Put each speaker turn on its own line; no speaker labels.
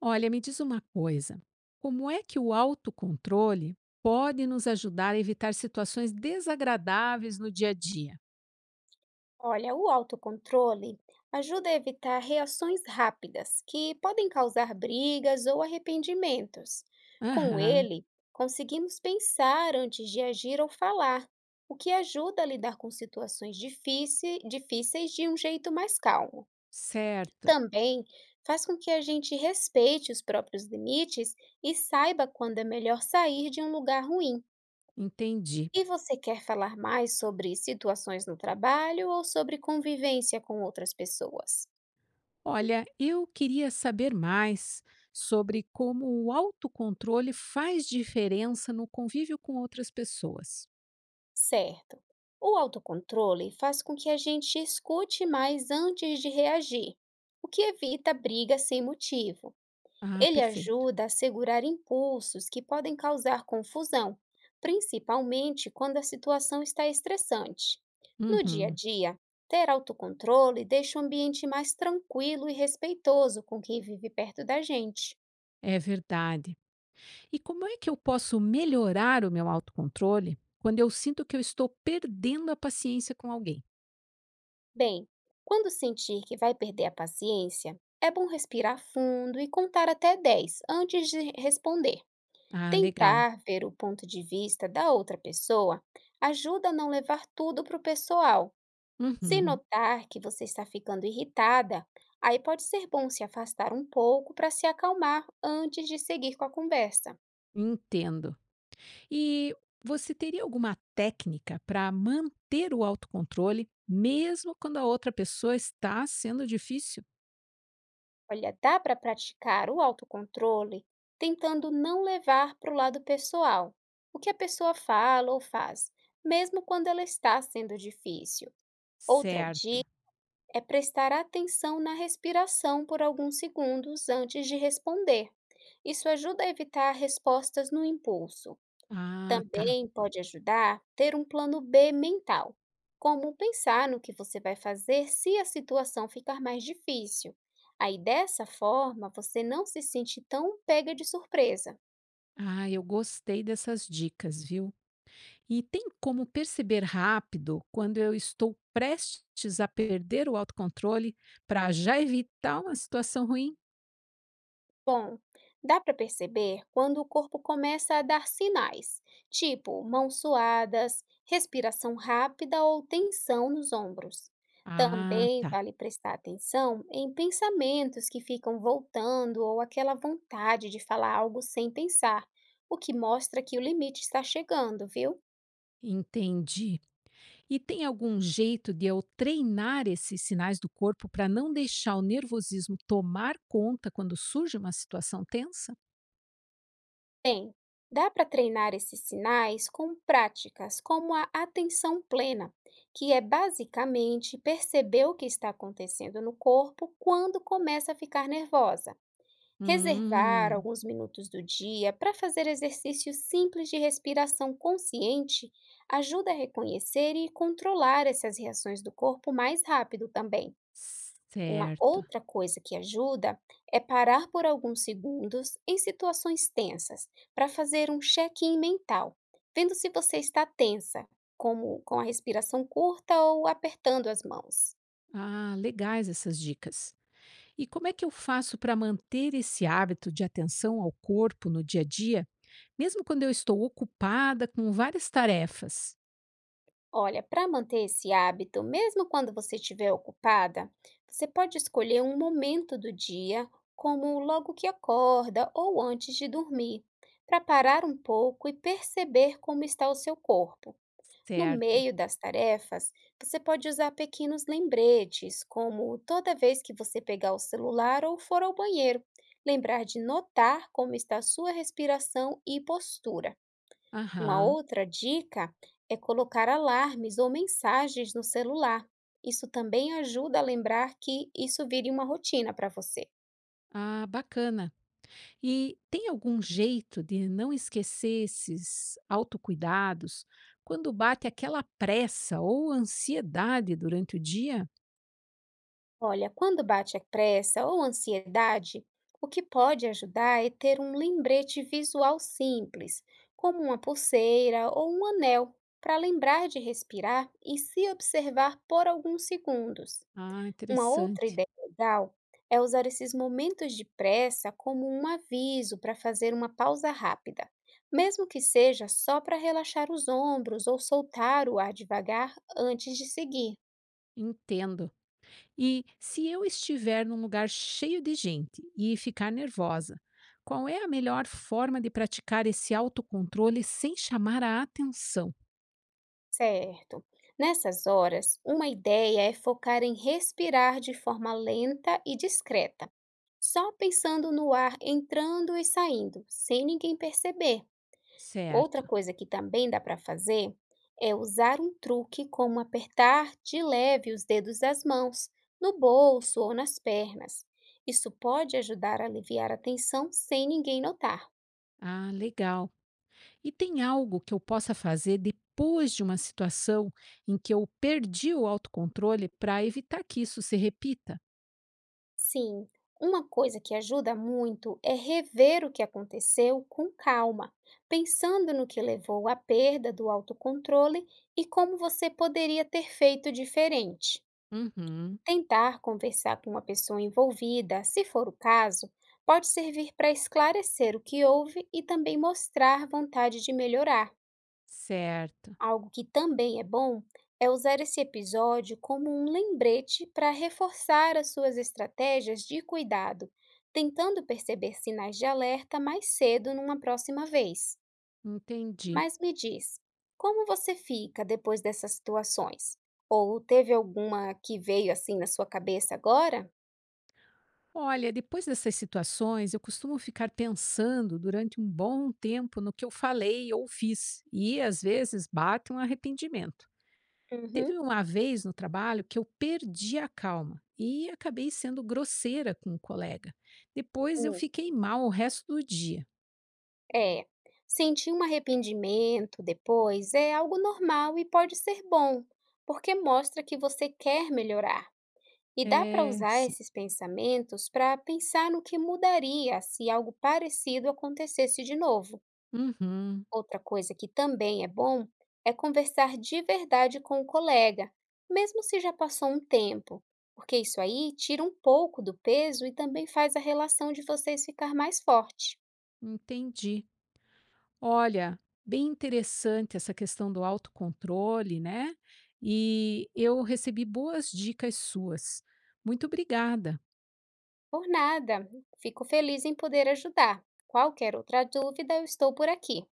Olha, me diz uma coisa: como é que o autocontrole pode nos ajudar a evitar situações desagradáveis no dia a dia?
Olha, o autocontrole ajuda a evitar reações rápidas que podem causar brigas ou arrependimentos. Com
Aham,
ele, conseguimos pensar antes de agir ou falar, o que ajuda a lidar com difíceis de um jeito mais calmo.
certo,
Também faz com que a gente respeite os próprios limites e saiba quando é melhor sair de um lugar ruim.
entendi.
E você quer falar mais sobre situações no trabalho ou sobre convivência com outras pessoas?
Olha, eu queria saber mais sobre como o autocontrole faz diferença no convívio com outras pessoas.
Certo. O autocontrole faz com que a gente escute mais antes de reagir, o que evita briga sem motivo.
Ah,
Ele
perfeito.
ajuda a segurar impulsos que podem causar confusão, principalmente quando a situação está estressante. No dia a
Uhum,
dia, ter autocontrole deixa o ambiente mais tranquilo e respeitoso com quem vive perto da gente.
é verdade. E como é que eu posso melhorar o meu autocontrole quando eu sinto que eu estou perdendo a paciência com alguém?
Bem, quando sentir que vai perder a paciência, é bom respirar fundo e contar até 10 antes de responder.
Ah, legal.
Tentar ver o ponto de vista da outra pessoa ajuda a não levar tudo para o pessoal. Se
Uhum,
notar que você está ficando irritada, aí pode ser bom se afastar um pouco para se acalmar antes de seguir com a conversa.
entendo. E você teria alguma técnica para manter o autocontrole, mesmo quando a outra pessoa está sendo difícil?
Olha, dá para praticar o autocontrole tentando não levar para o lado pessoal o que a pessoa fala ou faz, mesmo quando ela está sendo difícil. Outra
Certo.
dica é prestar atenção na respiração por alguns segundos antes de responder. Isso ajuda a evitar respostas no impulso.
Ah, tá.
Também pode ajudar ter um plano B mental, como pensar no que você vai fazer se a situação ficar mais difícil. Aí dessa forma você não se sente tão pega de surpresa.
Ah, eu gostei dessas dicas, viu? E tem como perceber rápido quando eu estou prestes a perder o autocontrole para já evitar uma situação ruim?
Bom, dá para perceber quando o corpo começa a dar sinais, tipo mãos suadas, respiração rápida ou tensão nos ombros.
Ah,
Também
tá.
vale prestar atenção em pensamentos que ficam voltando ou aquela vontade de falar algo sem pensar, o que mostra que o limite está chegando, viu?
Entendi. E tem algum jeito de eu treinar esses sinais do corpo para não deixar o nervosismo tomar conta quando surge uma situação tensa?
Bem, dá para treinar esses sinais com práticas como a atenção plena, que é basicamente perceber o que está acontecendo no corpo quando começa a ficar nervosa. Reservar
Hum,
alguns minutos do dia para fazer exercícios simples de respiração consciente ajuda a reconhecer e controlar essas reações do corpo mais rápido também. Uma
certo.
outra coisa que ajuda é parar por alguns segundos em situações tensas para fazer um check-in mental, vendo se você está tensa, como com a respiração curta ou apertando as mãos.
Ah, legais essas dicas. E como é que eu faço para manter esse hábito de atenção ao corpo no dia a dia, mesmo quando eu estou ocupada com várias tarefas?
Olha, para manter esse hábito, mesmo quando você estiver ocupada, você pode escolher um momento do dia, como logo que acorda ou antes de dormir, para parar um pouco e perceber como está o seu corpo. No
Certo.
meio das tarefas, você pode usar pequenos lembretes, como toda vez que você pegar o celular ou for ao banheiro, lembrar de notar como está a sua respiração e postura. Uma
Aham.
outra dica é colocar alarmes ou mensagens no celular. Isso também ajuda a lembrar que isso vire uma rotina para você.
Ah, bacana. E tem algum jeito de não esquecer esses autocuidados quando bate aquela pressa ou ansiedade durante o dia?
Olha, quando bate a pressa ou ansiedade, o que pode ajudar é ter um lembrete visual simples, como uma pulseira ou um anel, para lembrar de respirar e se observar por alguns segundos.
Ah,
Uma outra
interessante.
ideia legal é usar esses momentos de pressa como um aviso para fazer uma pausa rápida, mesmo que seja só para relaxar os ombros ou soltar o ar devagar antes de seguir.
Entendo. E se eu estiver num lugar cheio de gente e ficar nervosa, qual é a melhor forma de praticar esse autocontrole sem chamar a atenção?
Certo. Nessas horas, uma ideia é focar em respirar de forma lenta e discreta, só pensando no ar entrando e saindo, sem ninguém perceber. Outra
Certo.
coisa que também dá para fazer é usar um truque como apertar de leve os dedos das mãos, no bolso ou nas pernas. Isso pode ajudar a aliviar a tensão sem ninguém notar.
Ah, legal. E tem algo que eu possa fazer depois de uma situação em que eu perdi o autocontrole para evitar que isso se repita?
Sim, uma coisa que ajuda muito é rever o que aconteceu com calma, pensando no que levou à perda do autocontrole e como você poderia ter feito diferente.
Uhum.
Tentar conversar com uma pessoa envolvida, se for o caso, pode servir para esclarecer o que houve e também mostrar vontade de melhorar.
Certo,
Algo que também é bom é usar esse episódio como um lembrete para reforçar as suas estratégias de cuidado, tentando perceber sinais de alerta mais cedo numa próxima vez.
entendi.
Mas me diz, como você fica depois dessas situações? Ou teve alguma que veio assim na sua cabeça agora?
Olha, depois dessas situações, eu costumo ficar pensando durante um bom tempo no que eu falei ou fiz, e às vezes bate um arrependimento.
Uhum.
Teve uma vez no trabalho que eu perdi a calma e acabei sendo grosseira com um colega. Depois eu
Hum.
fiquei mal o resto do dia.
É, sentir um arrependimento depois é algo normal e pode ser bom, porque mostra que você quer melhorar. E dá para
É,
usar
sim.
esses pensamentos para pensar no que mudaria se algo parecido acontecesse de novo.
Uhum,
Outra coisa que também é bom é conversar de verdade com o colega, mesmo se já passou um tempo, porque isso aí tira um pouco do peso e também faz a relação de vocês ficar mais forte.
entendi. Olha, bem interessante essa questão do autocontrole, né? E eu recebi boas dicas suas. Muito obrigada.
Por nada, fico feliz em poder ajudar. Qualquer outra dúvida, eu estou por aqui.